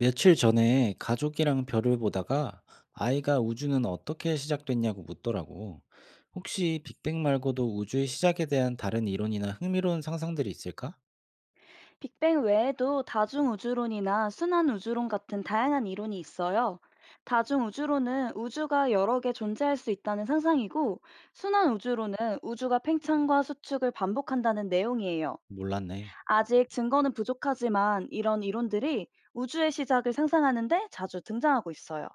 며칠 전에 가족이랑 별을 보다가 아이가 우주는 어떻게 시작됐냐고 묻더라고. 혹시 빅뱅 말고도 우주의 시작에 대한 다른 이론이나 흥미로운 상상들이 있을까? 빅뱅 외에도 다중우주론이나 순환우주론 같은 다양한 이론이 있어요. 다중우주론은 우주가 여러 개 존재할 수 있다는 상상이고, 순환우주론은 우주가 팽창과 수축을 반복한다는 내용이에요. 몰랐네. 아직 증거는 부족하지만 이런 이론들이 우주의 시작을 상상하는데 자주 등장하고 있어요.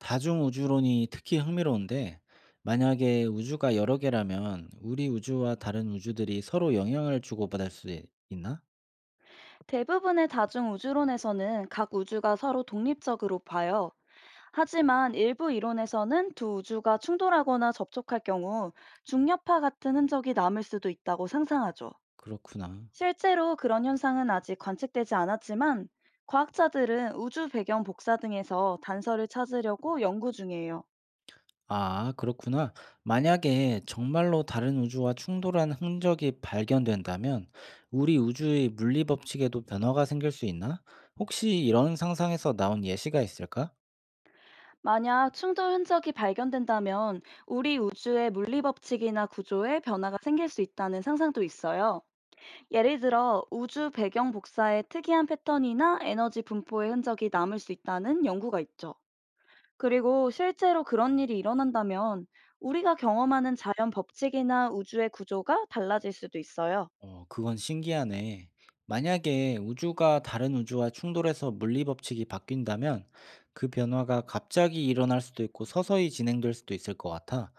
다중우주론이 특히 흥미로운데, 만약에 우주가 여러 개라면 우리 우주와 다른 우주들이 서로 영향을 주고받을 수 있나? 대부분의 다중우주론에서는 각 우주가 서로 독립적으로 봐요. 하지만 일부 이론에서는 두 우주가 충돌하거나 접촉할 경우 중력파 같은 흔적이 남을 수도 있다고 상상하죠. 그렇구나. 실제로 그런 현상은 아직 관측되지 않았지만 과학자들은 우주 배경 복사 등에서 단서를 찾으려고 연구 중이에요. 아, 그렇구나. 만약에 정말로 다른 우주와 충돌한 흔적이 발견된다면 우리 우주의 물리 법칙에도 변화가 생길 수 있나? 혹시 이런 상상에서 나온 예시가 있을까? 만약 충돌 흔적이 발견된다면 우리 우주의 물리 법칙이나 구조에 변화가 생길 수 있다는 상상도 있어요. 예를 들어 우주 배경 복사의 특이한 패턴이나 에너지 분포의 흔적이 남을 수 있다는 연구가 있죠. 그리고 실제로 그런 일이 일어난다면 우리가 경험하는 자연 법칙이나 우주의 구조가 달라질 수도 있어요. 어, 그건 신기하네. 만약에 우주가 다른 우주와 충돌해서 물리 법칙이 바뀐다면 그 변화가 갑자기 일어날 수도 있고 서서히 진행될 수도 있을 것 같아.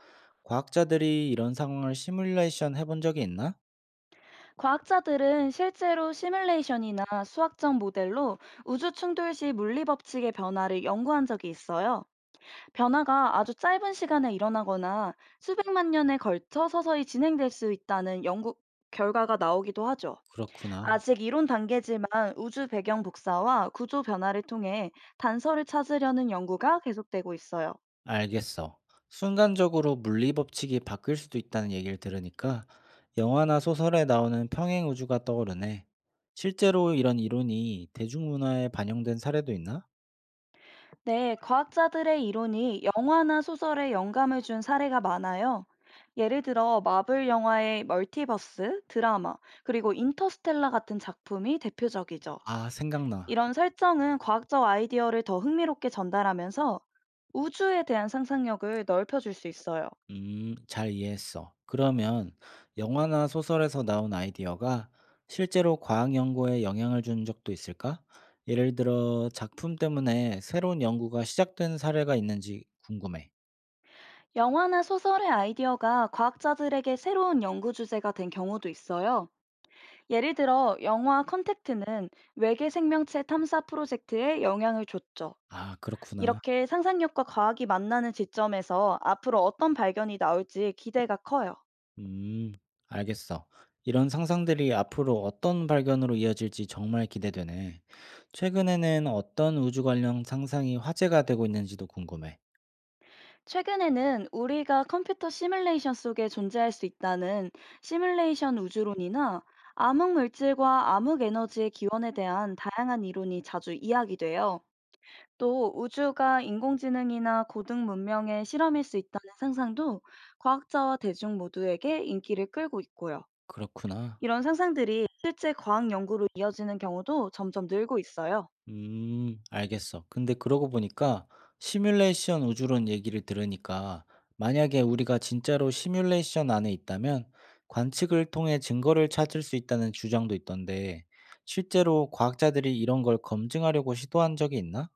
과학자들이 이런 상황을 시뮬레이션 해본 적이 있나? 과학자들은 실제로 시뮬레이션이나 수학적 모델로 우주 충돌 시 물리 법칙의 변화를 연구한 적이 있어요. 변화가 아주 짧은 시간에 일어나거나 수백만 년에 걸쳐 서서히 진행될 수 있다는 연구 결과가 나오기도 하죠. 그렇구나. 아직 이론 단계지만 우주 배경 복사와 구조 변화를 통해 단서를 찾으려는 연구가 계속되고 있어요. 알겠어. 순간적으로 물리 법칙이 바뀔 수도 있다는 얘기를 들으니까 영화나 소설에 나오는 평행 우주가 떠오르네. 실제로 이런 이론이 대중문화에 반영된 사례도 있나? 네, 과학자들의 이론이 영화나 소설에 영감을 준 사례가 많아요. 예를 들어 마블 영화의 멀티버스, 드라마, 그리고 인터스텔라 같은 작품이 대표적이죠. 아, 생각나. 이런 설정은 과학적 아이디어를 더 흥미롭게 전달하면서 우주에 대한 상상력을 넓혀줄 수 있어요. 잘 이해했어. 그러면 영화나 소설에서 나온 아이디어가 실제로 과학 연구에 영향을 준 적도 있을까? 예를 들어 작품 때문에 새로운 연구가 시작된 사례가 있는지 궁금해. 영화나 소설의 아이디어가 과학자들에게 새로운 연구 주제가 된 경우도 있어요. 예를 들어 영화 컨택트는 외계 생명체 탐사 프로젝트에 영향을 줬죠. 아, 그렇구나. 이렇게 상상력과 과학이 만나는 지점에서 앞으로 어떤 발견이 나올지 기대가 커요. 음, 알겠어. 이런 상상들이 앞으로 어떤 발견으로 이어질지 정말 기대되네. 최근에는 어떤 우주 관련 상상이 화제가 되고 있는지도 궁금해. 최근에는 우리가 컴퓨터 시뮬레이션 속에 존재할 수 있다는 시뮬레이션 우주론이나 암흑 물질과 암흑 에너지의 기원에 대한 다양한 이론이 자주 이야기돼요. 또 우주가 인공지능이나 고등 문명의 실험일 수 있다는 상상도 과학자와 대중 모두에게 인기를 끌고 있고요. 그렇구나. 이런 상상들이 실제 과학 연구로 이어지는 경우도 점점 늘고 있어요. 알겠어. 근데 그러고 보니까 시뮬레이션 우주론 얘기를 들으니까 만약에 우리가 진짜로 시뮬레이션 안에 있다면 관측을 통해 증거를 찾을 수 있다는 주장도 있던데 실제로 과학자들이 이런 걸 검증하려고 시도한 적이 있나?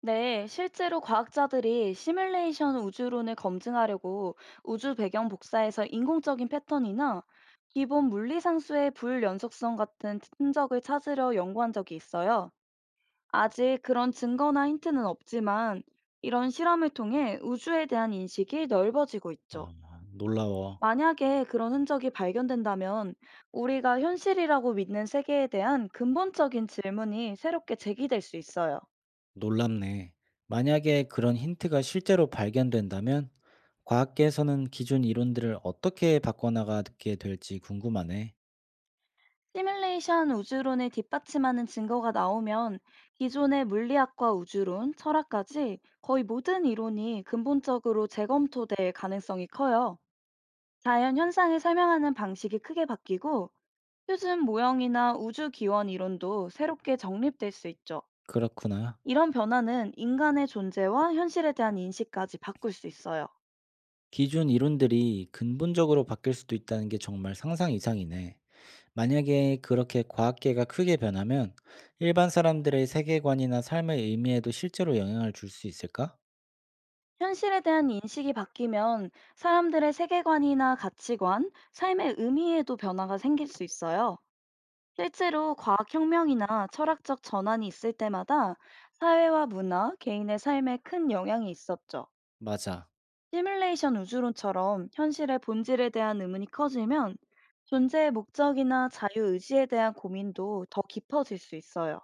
네, 실제로 과학자들이 시뮬레이션 우주론을 검증하려고 우주 배경 복사에서 인공적인 패턴이나 기본 물리상수의 불연속성 같은 흔적을 찾으려 연구한 적이 있어요. 아직 그런 증거나 힌트는 없지만 이런 실험을 통해 우주에 대한 인식이 넓어지고 있죠. 아, 놀라워. 만약에 그런 흔적이 발견된다면 우리가 현실이라고 믿는 세계에 대한 근본적인 질문이 새롭게 제기될 수 있어요. 놀랍네. 만약에 그런 힌트가 실제로 발견된다면 과학계에서는 기존 이론들을 어떻게 바꿔나가게 될지 궁금하네. 시뮬레이션 우주론을 뒷받침하는 증거가 나오면 기존의 물리학과 우주론, 철학까지 거의 모든 이론이 근본적으로 재검토될 가능성이 커요. 자연 현상을 설명하는 방식이 크게 바뀌고 표준 모형이나 우주 기원 이론도 새롭게 정립될 수 있죠. 그렇구나. 이런 변화는 인간의 존재와 현실에 대한 인식까지 바꿀 수 있어요. 기존 이론들이 근본적으로 바뀔 수도 있다는 게 정말 상상 이상이네. 만약에 그렇게 과학계가 크게 변하면 일반 사람들의 세계관이나 삶의 의미에도 실제로 영향을 줄 수 있을까? 현실에 대한 인식이 바뀌면 사람들의 세계관이나 가치관, 삶의 의미에도 변화가 생길 수 있어요. 실제로 과학혁명이나 철학적 전환이 있을 때마다 사회와 문화, 개인의 삶에 큰 영향이 있었죠. 맞아. 시뮬레이션 우주론처럼 현실의 본질에 대한 의문이 커지면 존재의 목적이나 자유의지에 대한 고민도 더 깊어질 수 있어요.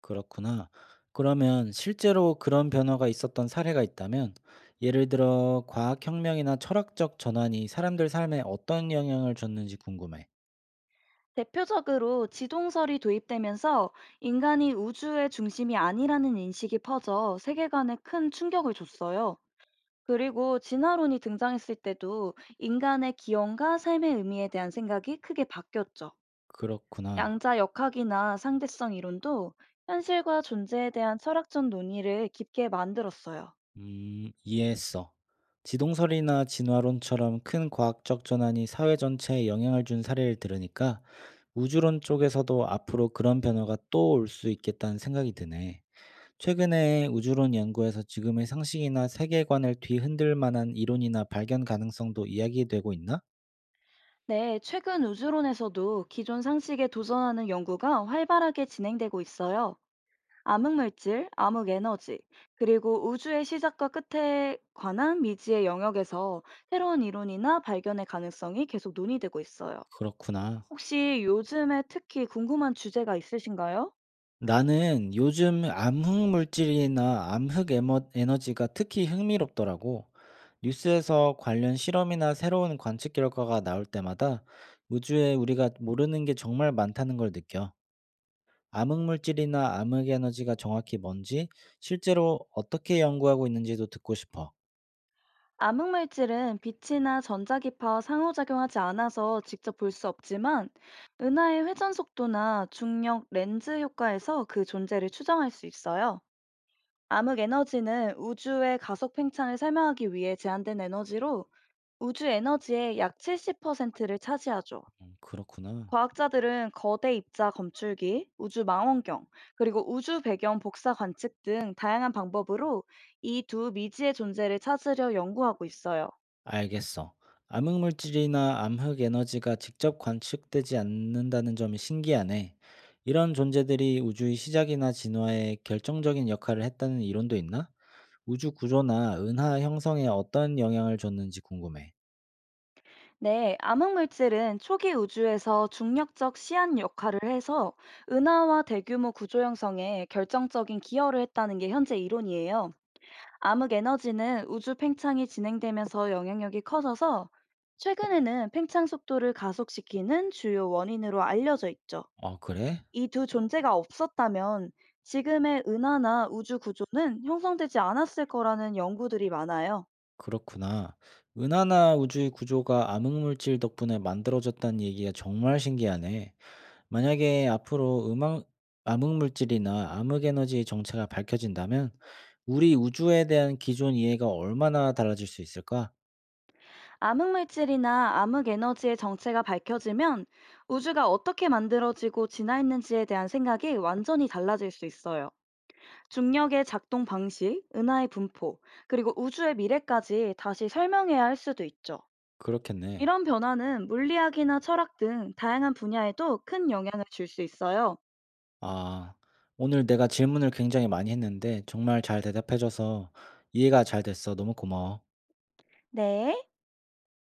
그렇구나. 그러면 실제로 그런 변화가 있었던 사례가 있다면, 예를 들어 과학혁명이나 철학적 전환이 사람들 삶에 어떤 영향을 줬는지 궁금해. 대표적으로 지동설이 도입되면서 인간이 우주의 중심이 아니라는 인식이 퍼져 세계관에 큰 충격을 줬어요. 그리고 진화론이 등장했을 때도 인간의 기원과 삶의 의미에 대한 생각이 크게 바뀌었죠. 그렇구나. 양자 역학이나 상대성 이론도 현실과 존재에 대한 철학적 논의를 깊게 만들었어요. 이해했어. 지동설이나 진화론처럼 큰 과학적 전환이 사회 전체에 영향을 준 사례를 들으니까 우주론 쪽에서도 앞으로 그런 변화가 또 올 수 있겠다는 생각이 드네. 최근에 우주론 연구에서 지금의 상식이나 세계관을 뒤흔들 만한 이론이나 발견 가능성도 이야기되고 있나? 네, 최근 우주론에서도 기존 상식에 도전하는 연구가 활발하게 진행되고 있어요. 암흑물질, 암흑에너지, 그리고 우주의 시작과 끝에 관한 미지의 영역에서 새로운 이론이나 발견의 가능성이 계속 논의되고 있어요. 그렇구나. 혹시 요즘에 특히 궁금한 주제가 있으신가요? 나는 요즘 암흑 물질이나 에너지가 특히 흥미롭더라고. 뉴스에서 관련 실험이나 새로운 관측 결과가 나올 때마다 우주에 우리가 모르는 게 정말 많다는 걸 느껴. 암흑 물질이나 암흑 에너지가 정확히 뭔지, 실제로 어떻게 연구하고 있는지도 듣고 싶어. 암흑물질은 빛이나 전자기파와 상호작용하지 않아서 직접 볼 수 없지만 은하의 회전 속도나 중력 렌즈 효과에서 그 존재를 추정할 수 있어요. 암흑 에너지는 우주의 가속 팽창을 설명하기 위해 제한된 에너지로 우주 에너지의 약 70%를 차지하죠. 그렇구나. 과학자들은 거대 입자 검출기, 우주 망원경, 그리고 우주 배경 복사 관측 등 다양한 방법으로 이 두 미지의 존재를 찾으려 연구하고 있어요. 알겠어. 암흑물질이나 암흑에너지가 직접 관측되지 않는다는 점이 신기하네. 이런 존재들이 우주의 시작이나 진화에 결정적인 역할을 했다는 이론도 있나? 우주 구조나 은하 형성에 어떤 영향을 줬는지 궁금해. 네, 암흑물질은 초기 우주에서 중력적 시한 역할을 해서 은하와 대규모 구조 형성에 결정적인 기여를 했다는 게 현재 이론이에요. 암흑 에너지는 우주 팽창이 진행되면서 영향력이 커져서 최근에는 팽창 속도를 가속시키는 주요 원인으로 알려져 있죠. 아, 그래? 이 두 존재가 없었다면 지금의 은하나 우주 구조는 형성되지 않았을 거라는 연구들이 많아요. 그렇구나. 은하나 우주의 구조가 암흑물질 덕분에 만들어졌다는 얘기가 정말 신기하네. 만약에 앞으로 음악, 암흑물질이나 암흑에너지의 정체가 밝혀진다면 우리 우주에 대한 기존 이해가 얼마나 달라질 수 있을까? 암흑 물질이나 암흑 에너지의 정체가 밝혀지면 우주가 어떻게 만들어지고 진화했는지에 대한 생각이 완전히 달라질 수 있어요. 중력의 작동 방식, 은하의 분포, 그리고 우주의 미래까지 다시 설명해야 할 수도 있죠. 그렇겠네. 이런 변화는 물리학이나 철학 등 다양한 분야에도 큰 영향을 줄 수 있어요. 아, 오늘 내가 질문을 굉장히 많이 했는데 정말 잘 대답해줘서 이해가 잘 됐어. 너무 고마워. 네.